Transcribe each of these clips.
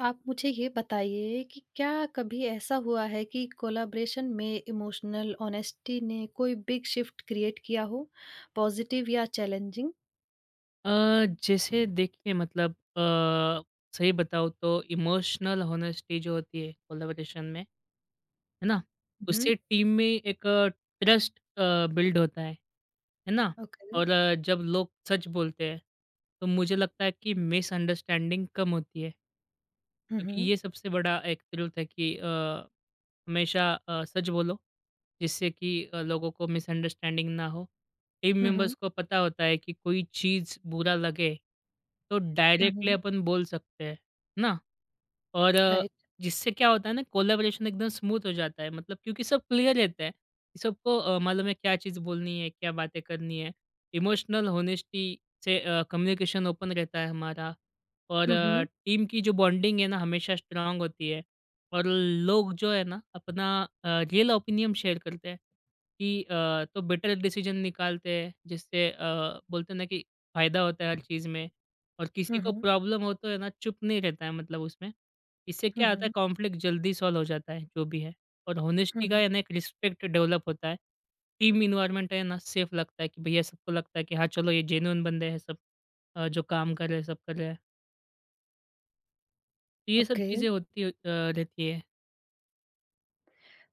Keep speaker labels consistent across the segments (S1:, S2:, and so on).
S1: आप मुझे ये बताइए कि क्या कभी ऐसा हुआ है कि कोलैबोरेशन में इमोशनल ऑनेस्टी ने कोई बिग शिफ्ट क्रिएट किया हो, पॉजिटिव या चैलेंजिंग?
S2: जैसे देखिए मतलब सही बताऊँ तो इमोशनल होनेस्टी जो होती है कोलैबोरेशन में, है ना?
S1: हुँ,
S2: उससे टीम में एक ट्रस्ट बिल्ड होता है ना?
S1: ओके।
S2: और जब लोग सच बोलते हैं, तो मुझे लगता है कि मिसअंडरस्टैंडिंग कम होती है।
S1: हुँ,
S2: क्योंकि
S1: हुँ।
S2: ये सबसे बड़ा एक ट्रुथ है कि हमेशा सच बोलो जिससे कि लोगों को मिसअंडरस्टैंडिंग ना हो। टीम
S1: हुँ,
S2: मेंबर्स
S1: हुँ।
S2: को पता होता है कि कोई चीज़ बुरा लगे, तो
S1: हुँ,
S2: डायरेक्टली
S1: हुँ।
S2: अपन बोल सकते हैं, है ना? और
S1: राइट।
S2: जिससे क्या होता है ना कोलैबोरेशन एकदम स्मूथ हो जाता है मतलब क्योंकि सब क्लियर रहता है। कि सबको मालूम है क्या चीज़ बोलनी है, क्या बातें करनी है। इमोशनल होनेस्टी से कम्युनिकेशन ओपन रहता है हमारा और
S1: हुँ, हुँ।
S2: टीम की जो बॉन्डिंग है ना हमेशा स्ट्रांग होती है और लोग जो है ना अपना रियल ओपिनियन शेयर करते हैं कि तो बेटर डिसीजन निकालते हैं जिससे बोलते हैं ना कि फ़ायदा होता है हर चीज़ में और किसी
S1: हुँ,
S2: को
S1: हुँ।
S2: प्रॉब्लम हो तो है ना चुप नहीं रहता है मतलब उसमें। इससे
S1: हुँ,
S2: क्या होता है
S1: हुँ।
S2: कॉन्फ्लिक्ट जल्दी सॉल्व हो जाता है, जो भी है और
S1: हुँ,
S2: हॉनेस्टी का
S1: हुँ।
S2: यानी एक रिस्पेक्ट डेवलप होता है। टीम इन्वायरमेंट है ना सेफ लगता है कि भैया सबको लगता है कि हाँ, चलो ये जेन्युइन बंदे हैं सब जो काम कर रहे हैं, सब कर रहे हैं। तो ये सब
S1: ओके।
S2: चीज़ें होती रहती है।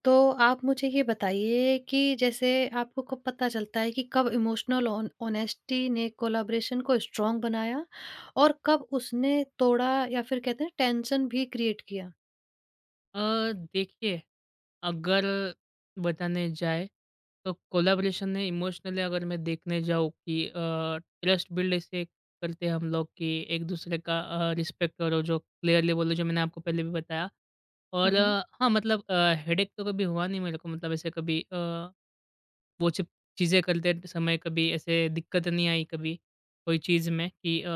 S1: तो आप मुझे ये बताइए कि जैसे आपको कब पता चलता है कि कब इमोशनल ऑन ऑनेस्टी ने कोलैबोरेशन को स्ट्रॉन्ग बनाया और कब उसने तोड़ा या फिर कहते हैं टेंशन भी क्रिएट किया?
S2: देखिए अगर बताने जाए तो कोलैबोरेशन में इमोशनली अगर मैं देखने जाऊँ कि ट्रस्ट बिल्ड ऐसे करते हैं हम लोग कि एक दूसरे का रिस्पेक्ट करो जो क्लियरली बोलो जो मैंने आपको पहले भी बताया
S1: हुँ,
S2: और
S1: हुँ।
S2: हाँ मतलब हेडेक तो कभी हुआ नहीं मेरे को मतलब ऐसे कभी वो सब चीज़ें करते समय कभी ऐसे दिक्कत नहीं आई कभी कोई चीज़ में कि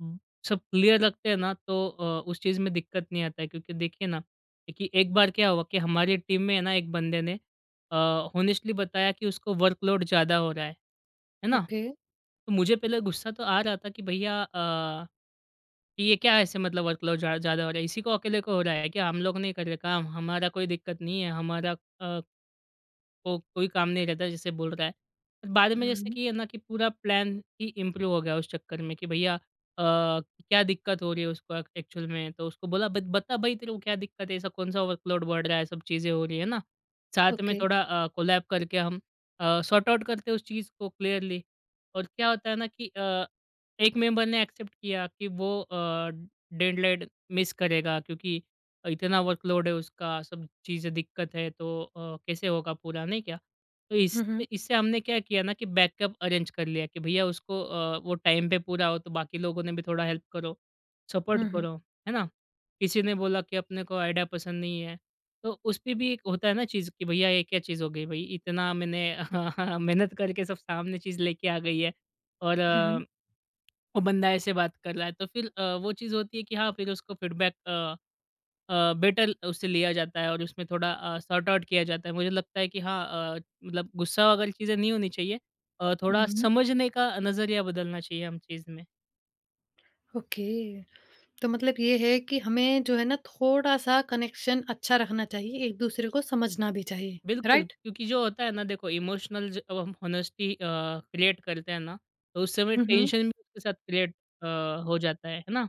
S2: ब- सब क्लियर रखते हैं ना तो उस चीज़ में दिक्कत नहीं आता है क्योंकि देखिए ना कि एक बार क्या हुआ कि हमारी टीम में है ना एक बंदे ने ऑनेस्टली बताया कि उसको वर्कलोड ज़्यादा हो रहा है ना।
S1: ओके।
S2: तो मुझे पहले गुस्सा तो आ रहा था कि भैया कि ये क्या ऐसे मतलब वर्कलोड ज़्यादा हो रहा है इसी को अकेले को हो रहा है क्या हम लोग नहीं कर रहे काम हमारा कोई दिक्कत नहीं है हमारा को कोई काम नहीं रहता जैसे बोल रहा है। पर बाद में जैसे
S1: हुँ।
S2: कि है ना कि पूरा प्लान ही इम्प्रूव हो गया उस चक्कर में कि भैया क्या दिक्कत हो रही है उसको एक्चुअल में। तो उसको बोला, "बत बता भाई तेरे को क्या दिक्कत है, ऐसा कौन-सा वर्कलोड बढ़ रहा है, सब चीज़ें हो रही है ना।" साथ में
S1: ओके।
S2: थोड़ा कोलैब करके हम सॉर्ट आउट करते हैं उस चीज़ को क्लियरली। और क्या होता है ना कि एक मेंबर ने एक्सेप्ट किया कि वो डेडलाइन मिस करेगा क्योंकि इतना वर्कलोड है उसका, सब चीज़ें दिक्कत है तो कैसे होगा पूरा, नहीं क्या? तो इस
S1: हुँ, हुँ।
S2: इससे हमने क्या किया ना कि बैकअप अरेंज कर लिया कि भैया उसको वो टाइम पे पूरा हो तो बाकी लोगों ने भी थोड़ा हेल्प करो, सपोर्ट
S1: हुँ, हुँ।
S2: करो, है ना? किसी ने बोला कि अपने को आइडिया पसंद नहीं है, तो उस पे भी एक होता है ना चीज़ कि भैया ये क्या चीज़ हो गई भई, इतना मैंने मेहनत करके सब सामने चीज़ लेके आ गई है और
S1: हुँ, हुँ।
S2: वो बंदा ऐसे बात कर रहा है। तो फिर वो चीज़ होती है कि हाँ, फिर उसको फीडबैक बेटर उससे लिया जाता है और उसमें थोड़ा सॉर्ट आउट किया जाता है। मुझे लगता है कि हाँ, मतलब गुस्सा वगैरह चीज़ें नहीं होनी चाहिए। थोड़ा
S1: हुँ।
S2: समझने का नज़रिया बदलना चाहिए हम चीज़ में।
S1: ओके। तो मतलब ये है कि हमें जो है ना थोड़ा-सा कनेक्शन अच्छा रखना चाहिए, एक-दूसरे को समझना भी चाहिए,
S2: बिल्कुल,
S1: राइट?
S2: क्योंकि जो होता है ना देखो इमोशनल जब हम होनेस्टी क्रिएट करते हैं ना, तो उस समय
S1: हुँ, हुँ।
S2: टेंशन भी उसके साथ क्रिएट अ, हो जाता है ना?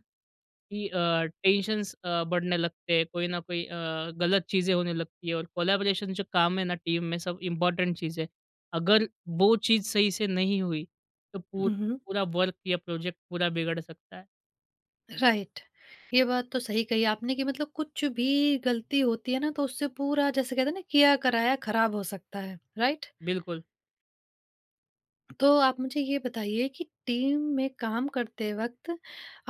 S2: कि टेंशन्स बढ़ने लगते हैं, कोई ना कोई गलत चीज़ें होने लगती है और कोलैबोरेशन जो काम है ना टीम में सब इम्पोर्टेंट चीज़ है। अगर वो चीज़ सही से नहीं हुई, तो पू
S1: हुँ, हुँ।
S2: पूरा वर्क या प्रोजेक्ट पूरा बिगड़ सकता है।
S1: राइट। ये बात तो सही कही आपने कि मतलब कुछ भी गलती होती है ना तो उससे पूरा जैसे कहते हैं ना किया-कराया खराब हो सकता है, राइट?
S2: बिल्कुल।
S1: तो आप मुझे ये बताइए कि टीम में काम करते वक़्त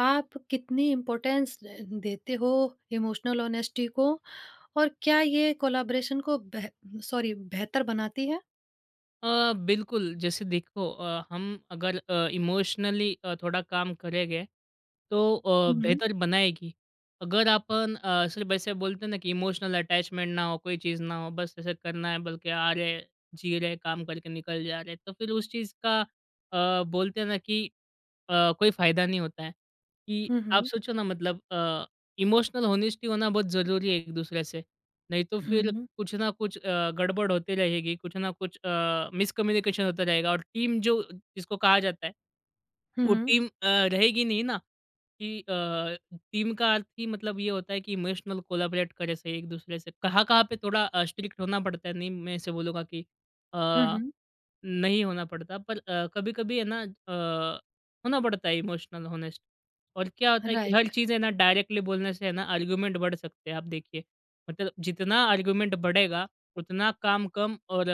S1: आप कितनी इम्पोर्टेंस देते हो इमोशनल ऑनेस्टी को? और क्या ये कोलैबोरेशन को बेह सॉरी बेहतर बनाती है?
S2: बिल्कुल, जैसे देखो हम अगर इमोशनली थोड़ा काम करेंगे, तो
S1: हुँ, हुँ।
S2: बेहतर बनाएगी। अगर अपन सिर्फ़ ऐसे बोलते हैं ना कि इमोशनल अटैचमेंट ना हो, कोई चीज़ ना हो, बस ऐसे करना है, बल्कि आ रहे, जी रहे, काम करके निकल जा रहे, तो फिर उस चीज़ का बोलते हैं ना कि कोई फ़ायदा नहीं होता है। कि
S1: हुँ,
S2: आप
S1: हुँ।
S2: सोचो ना मतलब इमोशनल ऑनेस्टी होना बहुत ज़रूरी है एक-दूसरे से, नहीं तो
S1: हुँ,
S2: फिर
S1: हुँ।
S2: कुछ ना कुछ गड़बड़ होती रहेगी, कुछ ना कुछ मिसकम्युनिकेशन होता रहेगा और टीम जो जिसको कहा जाता है,
S1: हुँ,
S2: वो
S1: हुँ।
S2: टीम रहेगी नहीं ना कि टीम का अर्थ ही मतलब ये होता है कि इमोशनल कोलैबोरेट करे सही एक-दूसरे से। कहाँ-कहाँ पे थोड़ा स्ट्रिक्ट होना पड़ता है, नहीं मैं ऐसे बोलूँगा कि
S1: हुँ,
S2: अ
S1: हुँ।
S2: नहीं होना पड़ता पर कभी-कभी है ना होना पड़ता है इमोशनल ऑनेस्ट। और क्या होता है कि हर
S1: राइट,
S2: चीज़ है ना डायरेक्टली बोलने से है ना आर्गुमेंट बढ़ सकते हैं आप देखिए। मतलब जितना आर्गुमेंट बढ़ेगा उतना काम कम और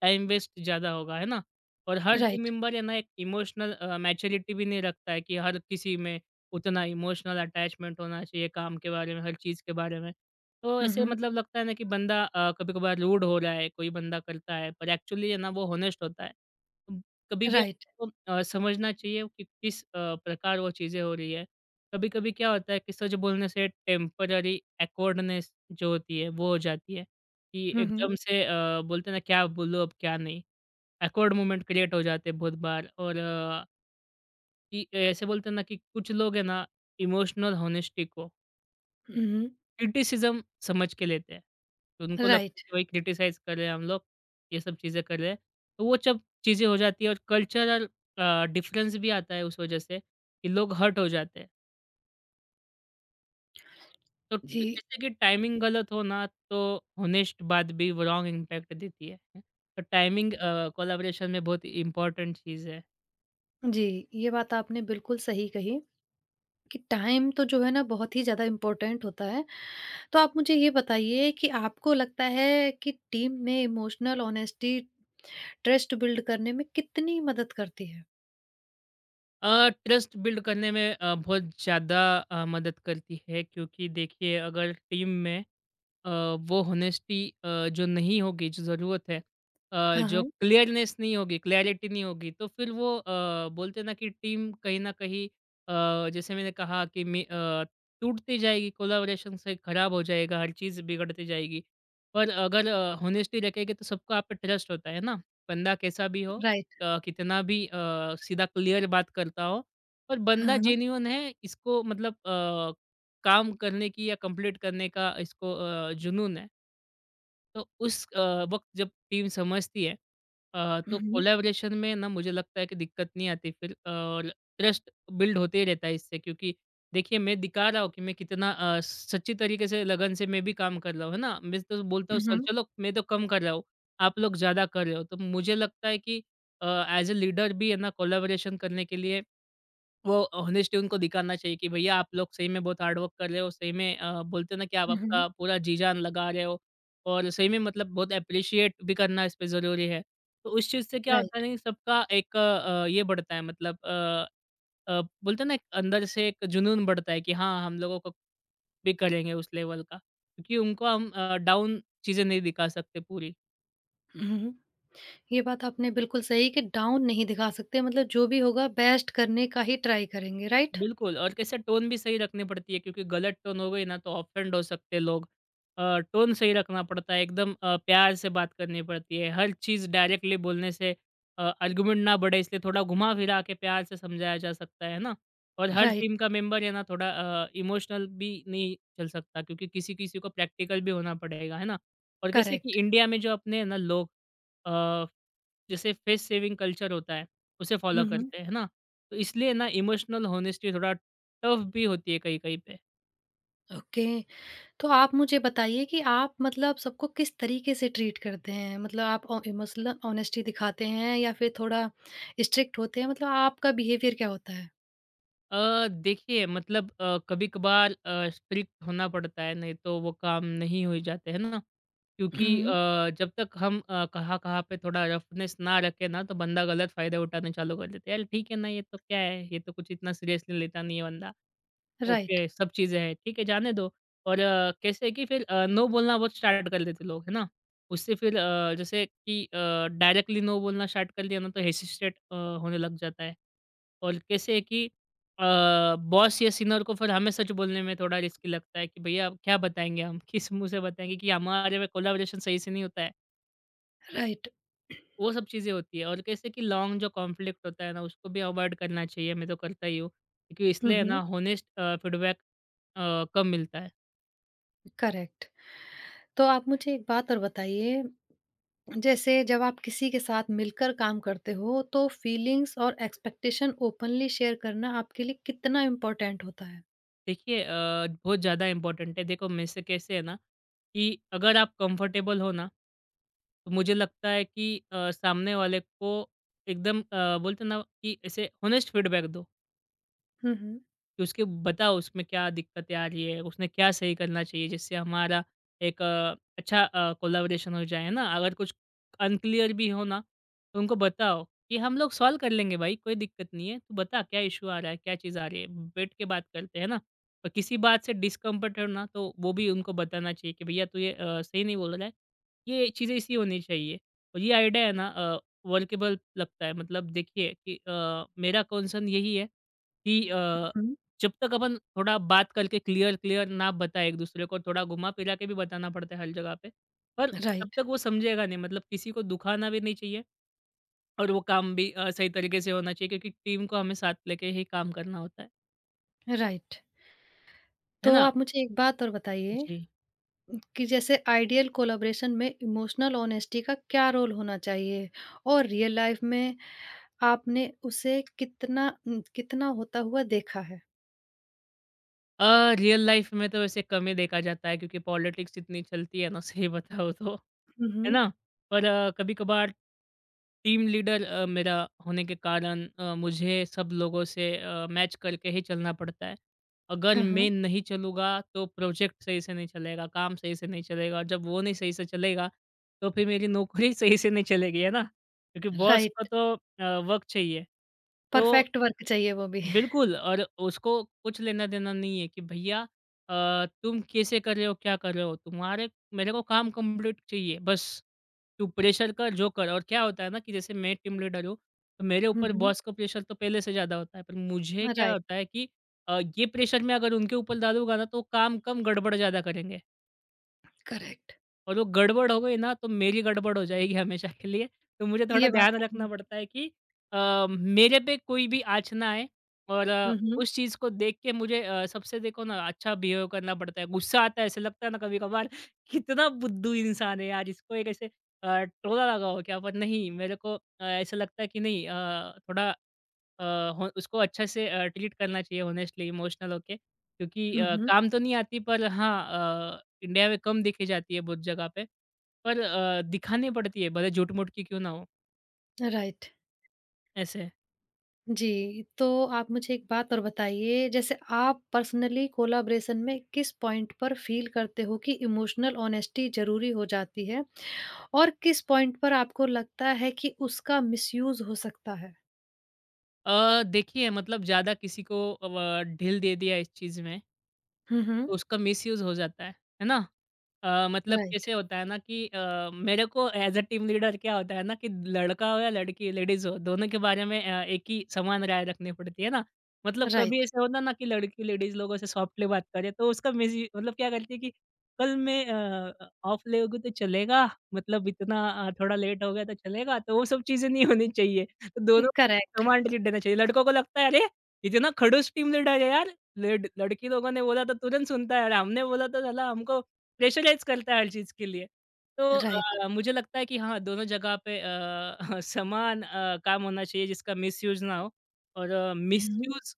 S2: टाइम वेस्ट ज़्यादा होगा, है ना? और हर टीम
S1: राइट।
S2: मेंबर है ना एक इमोशनल मैच्योरिटी भी नहीं रखता है कि हर किसी में उतना इमोशनल अटैचमेंट होना चाहिए काम के बारे में, हर चीज़ के बारे में। तो
S1: हुँ,
S2: ऐसे
S1: हुँ।
S2: मतलब लगता है ना कि बंदा कभी-कभार रूड हो रहा है, कोई बंदा करता है, पर एक्चुअली है ना वो हॉनेस्ट होता है। उम, कभी भी
S1: राइट।
S2: आपको समझना चाहिए कि किस प्रकार वो चीज़ें हो रही है। कभी-कभी क्या होता है कि सच बोलने से टेम्पररी awkwardनेस जो होती है वो हो जाती है, कि
S1: हुँ, हुँ।
S2: एकदम से बोलते हैं ना क्या बोलूँ अब क्या नहीं। awkward मोमेंट क्रिएट हो जाते हैं बहुत बार और कि ऐसे बोलते हैं ना कि कुछ लोग है ना इमोशनल हॉनेस्टी को
S1: हुँ, हुँ।
S2: क्रिटिसिज्म समझ के लेते हैं। तो उनको लगता है
S1: राइट।
S2: कि भाई क्रिटिसाइज़ कर रहे हैं हम लोग, ये सब चीज़ें कर रहे हैं। तो वो जब चीज़ें हो जाती है और कल्चरल डिफ़रेंस भी आता है उस वजह से कि लोग हर्ट हो जाते हैं। तो
S1: जी,
S2: जैसे कि टाइमिंग गलत हो ना तो होनेस्ट बात भी वो रॉन्ग इम्पैक्ट देती है। तो टाइमिंग कोलैबोरेशन में बहुत इम्पोर्टेंट चीज़ है।
S1: जी, ये बात आपने बिल्कुल सही कही कि टाइम तो जो है ना बहुत ही ज़्यादा इम्पोर्टेंट होता है। तो आप मुझे ये बताइए कि आपको लगता है कि टीम में इमोशनल ऑनेस्टी ट्रस्ट बिल्ड करने में कितनी मदद करती है?
S2: ट्रस्ट बिल्ड करने में बहुत ज़्यादा मदद करती है क्योंकि देखिए अगर टीम में अ, वो होनेस्टी जो नहीं होगी, जो ज़रूरत है,
S1: हाँ,
S2: जो
S1: हाँ।
S2: क्लियरनेस नहीं होगी, क्लैरिटी नहीं होगी, तो फिर वो बोलते हैं ना कि टीम कहीं न कहीं अ, जैसे मैंने कहा कि मैं अ, टूटती जाएगी, कोलैबोरेशन से खराब हो जाएगा, हर चीज़ बिगड़ती जाएगी। पर अगर होनेस्टी रखेंगे तो सबको आप पे ट्रस्ट होता है ना, बंदा कैसा भी हो,
S1: राइट।
S2: कितना भी सीधा क्लियर बात करता हो, पर बंदा
S1: हाँ, हाँ।
S2: जेन्युइन है इसको मतलब काम करने की या कंप्लीट करने का इसको जुनून है। तो उस वक़्त जब टीम समझती है
S1: हुँ,
S2: तो
S1: हुँ।
S2: कोलैबोरेशन में ना मुझे लगता है कि दिक्कत नहीं आती फिर और ट्रस्ट बिल्ड होते ही रहता है इससे क्योंकि देखिए मैं दिखा रहा हूँ कि मैं कितना सच्ची तरीके से लगन से मैं भी काम कर रहा हूँ, है ना? मैं तो बोलता हूँ
S1: हुँ,
S2: सर
S1: हुँ।
S2: चलो मैं तो कम कर रहा हूँ, आप लोग ज़्यादा कर रहे हो। तो मुझे लगता है कि अ, एज़ अ लीडर भी है ना कोलैबोरेशन करने के लिए वो ऑनेस्टी उनको दिखाना चाहिए कि भैया आप लोग सही में बहुत हार्ड वर्क कर रहे हो, सही में बोलते हैं ना कि आप
S1: हुँ,
S2: आपका
S1: हुँ।
S2: पूरा जी-जान लगा रहे हो और सही में मतलब बहुत एप्रिशिएट भी करना इस पे ज़रूरी है। तो उस चीज़ से क्या होता है
S1: राइट।
S2: ना कि सबका एक ये बढ़ता है मतलब बोलते हैं ना एक अंदर से एक जुनून बढ़ता है कि हाँ, हम लोगों को भी करेंगे उस लेवल का, क्योंकि उनको हम डाउन चीज़ें नहीं दिखा सकते पूरी।
S1: हुँ, हुँ। ये बात आपने बिल्कुल सही कि डाउन नहीं दिखा सकते मतलब जो भी होगा बेस्ट करने का ही ट्राई करेंगे राइट?
S2: बिल्कुल और कैसे टोन भी सही रखनी पड़ती है क्योंकि गलत टोन हो गई ना तो ऑफेंड हो सकते हैं लोग। टोन सही रखना पड़ता है एकदम प्यार से बात करनी पड़ती है। हर चीज़ डायरेक्टली बोलने से आर्गुमेंट ना बढ़े इसलिए थोड़ा घुमा-फिरा के प्यार से समझाया जा सकता है ना। और हर
S1: राइट,
S2: टीम का मेंबर है ना थोड़ा इमोशनल भी नहीं चल सकता क्योंकि किसी-किसी को प्रैक्टिकल भी होना पड़ेगा, है ना? और जैसे कि
S1: करेक्ट।
S2: इंडिया में जो अपने है ना लोग अ जैसे फेस सेविंग कल्चर होता है, उसे फॉलो
S1: हुँ, हुँ।
S2: करते हैं, है ना? तो इसलिए ना इमोशनल होनेस्टी थोड़ा टफ भी होती है कहीं-कहीं पे।
S1: ओके। तो आप मुझे बताइए कि आप मतलब सबको किस तरीके से ट्रीट करते हैं? मतलब आप ऑ मसलन ऑनेस्टी दिखाते हैं या फिर थोड़ा स्ट्रिक्ट होते हैं? मतलब आपका बिहेवियर क्या होता है?
S2: देखिए मतलब कभी-कभार स्ट्रिक्ट होना पड़ता है, नहीं तो वो काम नहीं हो जाते, है ना? क्योंकि
S1: हुँ,
S2: जब तक हम कहाँ-कहाँ पे थोड़ा रफनेस ना रखें ना, तो बंदा गलत फ़ायदा उठाना चालू कर देता है। यार ठीक है ना, ये तो क्या है, ये तो कुछ इतना सीरियसली लेता नहीं है बंदा।
S1: राइट,
S2: ओके, सब चीज़ें हैं, ठीक है जाने दो। और कैसे है कि फिर नो बोलना बहुत स्टार्ट कर देते लोग, है ना? उससे फिर जैसे कि डायरेक्टली नो बोलना स्टार्ट कर दिया ना तो हेसिस्टेट होने लग जाता है। और कैसे है कि अ, बॉस या सीनियर को फिर हमें सच बोलने में थोड़ा रिस्की लगता है कि भैया अब क्या बताएँगे हम? किस मुँह से बताएँगे कि हमारे में कोलैबोरेशन सही से नहीं होता है।
S1: राइट।
S2: वो सब चीज़ें होती है और कैसे कि लॉन्ग जो कॉन्फ्लिक्ट होता है ना उसको भी अवॉइड करना चाहिए, मैं तो करता ही हूँ। क्योंकि
S1: हुँ,
S2: इसलिए ना
S1: हुँ,
S2: होनेस्ट फीडबैक कम मिलता है।
S1: करेक्ट। तो आप मुझे एक बात और बताइए जैसे जब आप किसी के साथ मिलकर काम करते हो तो फीलिंग्स और एक्सपेक्टेशन ओपनली शेयर करना आपके लिए कितना इम्पोर्टेंट होता है।
S2: देखिए बहुत ज़्यादा इम्पोर्टेंट है। देखो मेरे से कैसे है ना कि अगर आप कंफर्टेबल हो ना, तो मुझे लगता है कि सामने वाले को एकदम बोलते हैं ना कि ऐसे होनेस्ट फीडबैक दो।
S1: हम्म, हम्म।
S2: कि उसके बताओ उसमें क्या दिक्कतें आ रही है, उसने क्या सही करना चाहिए जिससे हमारा एक अच्छा कोलैबोरेशन हो जाए, है ना? अगर कुछ अनक्लियर भी हो ना, तो उनको बताओ कि हम लोग सॉल्व कर लेंगे भाई, कोई दिक्कत नहीं है। तू बता क्या इश्यू आ रहा है, क्या चीज़ आ रही है? बैठ के बात करते हैं, है ना? और किसी बात से डिस्कम्फर्ट हो ना, तो वो भी उनको बताना चाहिए कि भैया तू ये सही नहीं बोल रहा है, ये चीज़ें ऐसी होनी चाहिए। और ये आइडिया है ना वर्केबल लगता है मतलब देखिए कि मेरा कंसर्न यही है कि
S1: हम्म,
S2: जब तक अपन थोड़ा बात करके क्लियर-क्लियर ना बताएँ एक-दूसरे को, थोड़ा घुमा-फिरा के भी बताना पड़ता है हर जगह पे। पर तब
S1: राइट।
S2: तक वो समझेगा नहीं मतलब किसी को दुखाना भी नहीं चाहिए और वो काम भी सही तरीके से होना चाहिए क्योंकि टीम को हमें साथ लेके ही काम करना होता है।
S1: राइट।
S2: है
S1: तो
S2: ना?
S1: आप मुझे एक बात और बताइए
S2: जी।
S1: कि जैसे आइडियल कोलाबरेशन में इमोशनल ऑनेस्टी का क्या रोल होना चाहिए और रियल लाइफ में आपने उसे कितना न, कितना होता हुआ देखा है।
S2: अ, रियल लाइफ में तो वैसे कम ही देखा जाता है क्योंकि पॉलिटिक्स इतनी चलती है ना सही बताऊँ तो, है
S1: हम्म।
S2: ना? पर कभी-कभार टीम लीडर मेरा होने के कारण मुझे सब लोगों से मैच करके ही चलना पड़ता है। अगर
S1: हाँ, हाँ।
S2: मैं नहीं चलूँगा तो प्रोजेक्ट सही से नहीं चलेगा, काम सही से नहीं चलेगा और जब वो नहीं सही से चलेगा तो फिर मेरी नौकरी सही से नहीं चलेगी, है ना? क्योंकि बॉस को
S1: राइट।
S2: तो वर्क चाहिए। तो
S1: परफेक्ट वर्क चाहिए वो भी।
S2: बिल्कुल और उसको कुछ लेना-देना नहीं है कि भैया तुम कैसे कर रहे हो, क्या कर रहे हो? तुम्हारे मेरे को काम कंप्लीट चाहिए बस। तू प्रेशर कर, जो कर और क्या होता है ना कि जैसे मैं टीम लीडर हूँ, तो मेरे
S1: हम्म,
S2: ऊपर बॉस का प्रेशर तो पहले से ज़्यादा होता है। पर मुझे क्या
S1: राइट।
S2: होता है कि ये प्रेशर मैं अगर उनके ऊपर डालूँगा ना तो काम कम गड़बड़ ज़्यादा करेंगे।
S1: करेक्ट।
S2: और वो गड़बड़ हो गई ना तो मेरी गड़बड़ हो जाएगी हमेशा के लिए। तो मुझे थोड़ा
S1: ये बात
S2: ध्यान रखना
S1: आपने।
S2: पड़ता है कि मेरे पे कोई भी आँच ना आए और
S1: हम्म।
S2: उस चीज़ को देख के मुझे सबसे देखो ना अच्छा बिहेव करना पड़ता है। गुस्सा आता है ऐसे लगता है ना कभी-कभार कितना बुद्धू इंसान है यार इसको एक ऐसे टोला लगा हो क्या? पर नहीं मेरे को ऐसा लगता है कि नहीं थोड़ा अ, हो उसको अच्छे से ट्रीट करना चाहिए ऑनेस्टली इमोशनल होके क्योंकि
S1: हुँ, हुँ।
S2: काम तो नहीं आती पर हाँ इंडिया में कम देखी जाती है बहुत जगह पे। पर दिखानी पड़ती है भले झूठ-मूठ की क्यों ना हो,
S1: राइट।
S2: ऐसे।
S1: जी, तो आप मुझे एक बात और बताइए, जैसे आप पर्सनली कोलैबोरेशन में किस पॉइंट पर फ़ील करते हो कि इमोशनल ऑनेस्टी ज़रूरी हो जाती है? और किस पॉइंट पर आपको लगता है कि उसका मिसयूज़ हो सकता है?
S2: देखिए मतलब ज़्यादा किसी को अ, व ढील दे दिया इस चीज़ में
S1: हुँ, हुँ।
S2: तो उसका मिसयूज़ हो जाता है ना? मतलब
S1: राइट,
S2: कैसे होता है ना कि मेरे को एज़ अ टीम लीडर क्या होता है ना कि लड़का हो या लड़की, लेडीज़ हो, दोनों के बारे में एक ही समान राय रखनी पड़ती है ना। मतलब कभी
S1: राइट।
S2: ऐसा होता है ना कि लड़की लेडीज़ लोगों से सॉफ्टली बात करे तो उसका मिस यू मतलब क्या करती है कि कल मैं ऑफ लोगी तो चलेगा, मतलब इतना थोड़ा लेट हो गया तो चलेगा, तो वो सब चीज़ें नहीं होनी चाहिए। तो दोनों को
S1: करेक्ट,
S2: समान ट्रीट देना चाहिए। लड़कों को लगता है अरे! इतना खड़ूस टीम लीडर है यार। लेड लड़की लोगों ने बोला तो तुरंत सुनता है और हमने बोला तो साला हमको प्रेशराइज़ करता है हर चीज़ के लिए। तो
S1: राइट।
S2: मुझे लगता है कि हाँ, दोनों जगह पे समान काम होना चाहिए जिसका मिसयूज़ ना हो और
S1: हुँ, हुँ।
S2: मिसयूज़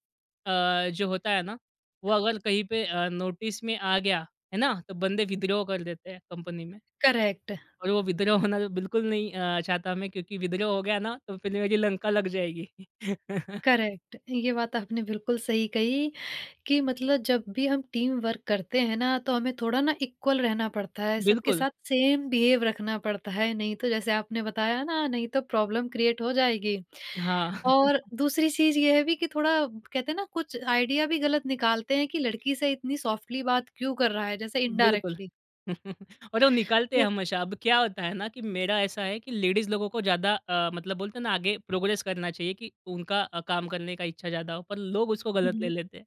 S2: जो होता है ना, वो अगर कहीं पे नोटिस में आ गया, है ना? तो बंदे विद्रोह कर देते हैं कंपनी में
S1: करेक्ट,
S2: और वो विद्रोह होना तो बिल्कुल नहीं चाहता मैं क्योंकि विद्रोह हो गया ना, तो फिर मेरी लंका लग जाएगी।
S1: करेक्ट। ये बात आपने बिल्कुल सही कही कि मतलब जब भी हम टीम वर्क करते हैं ना, तो हमें थोड़ा ना इक्वल रहना पड़ता है, सबके
S2: बिल्कुल,
S1: साथ सेम बिहेव रखना पड़ता है, नहीं तो जैसे आपने बताया ना, नहीं तो प्रॉब्लम क्रिएट हो जाएगी।
S2: हाँ।
S1: और दूसरी चीज़ ये है भी कि थोड़ा कहते हैं ना, कुछ आइडिया भी गलत निकालते हैं कि लड़की से इतनी सॉफ्टली बात क्यों कर रहा है, जैसे
S2: बिल्कुल।
S1: इनडायरेक्टली।
S2: और वो निकालते हैं
S1: तो
S2: हमेशा। अब क्या होता है ना कि मेरा ऐसा है कि लेडीज़ लोगों को ज़्यादा मतलब बोलते हैं ना आगे प्रोग्रेस करना चाहिए कि उनका काम करने का इच्छा ज़्यादा हो, पर लोग उसको
S1: हुँ,
S2: गलत ले
S1: हुँ।
S2: लेते हैं।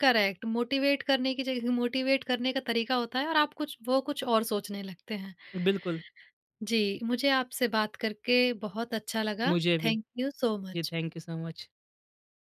S1: करेक्ट, मोटिवेट करने की जगह मोटिवेट करने का तरीका होता है और आप कुछ वो कुछ और सोचने लगते हैं।
S2: बिल्कुल,
S1: जी, मुझे आपसे बात करके बहुत अच्छा लगा।
S2: मुझे भी।
S1: थैंक यू सो
S2: जी,
S1: much.
S2: Thank you so much.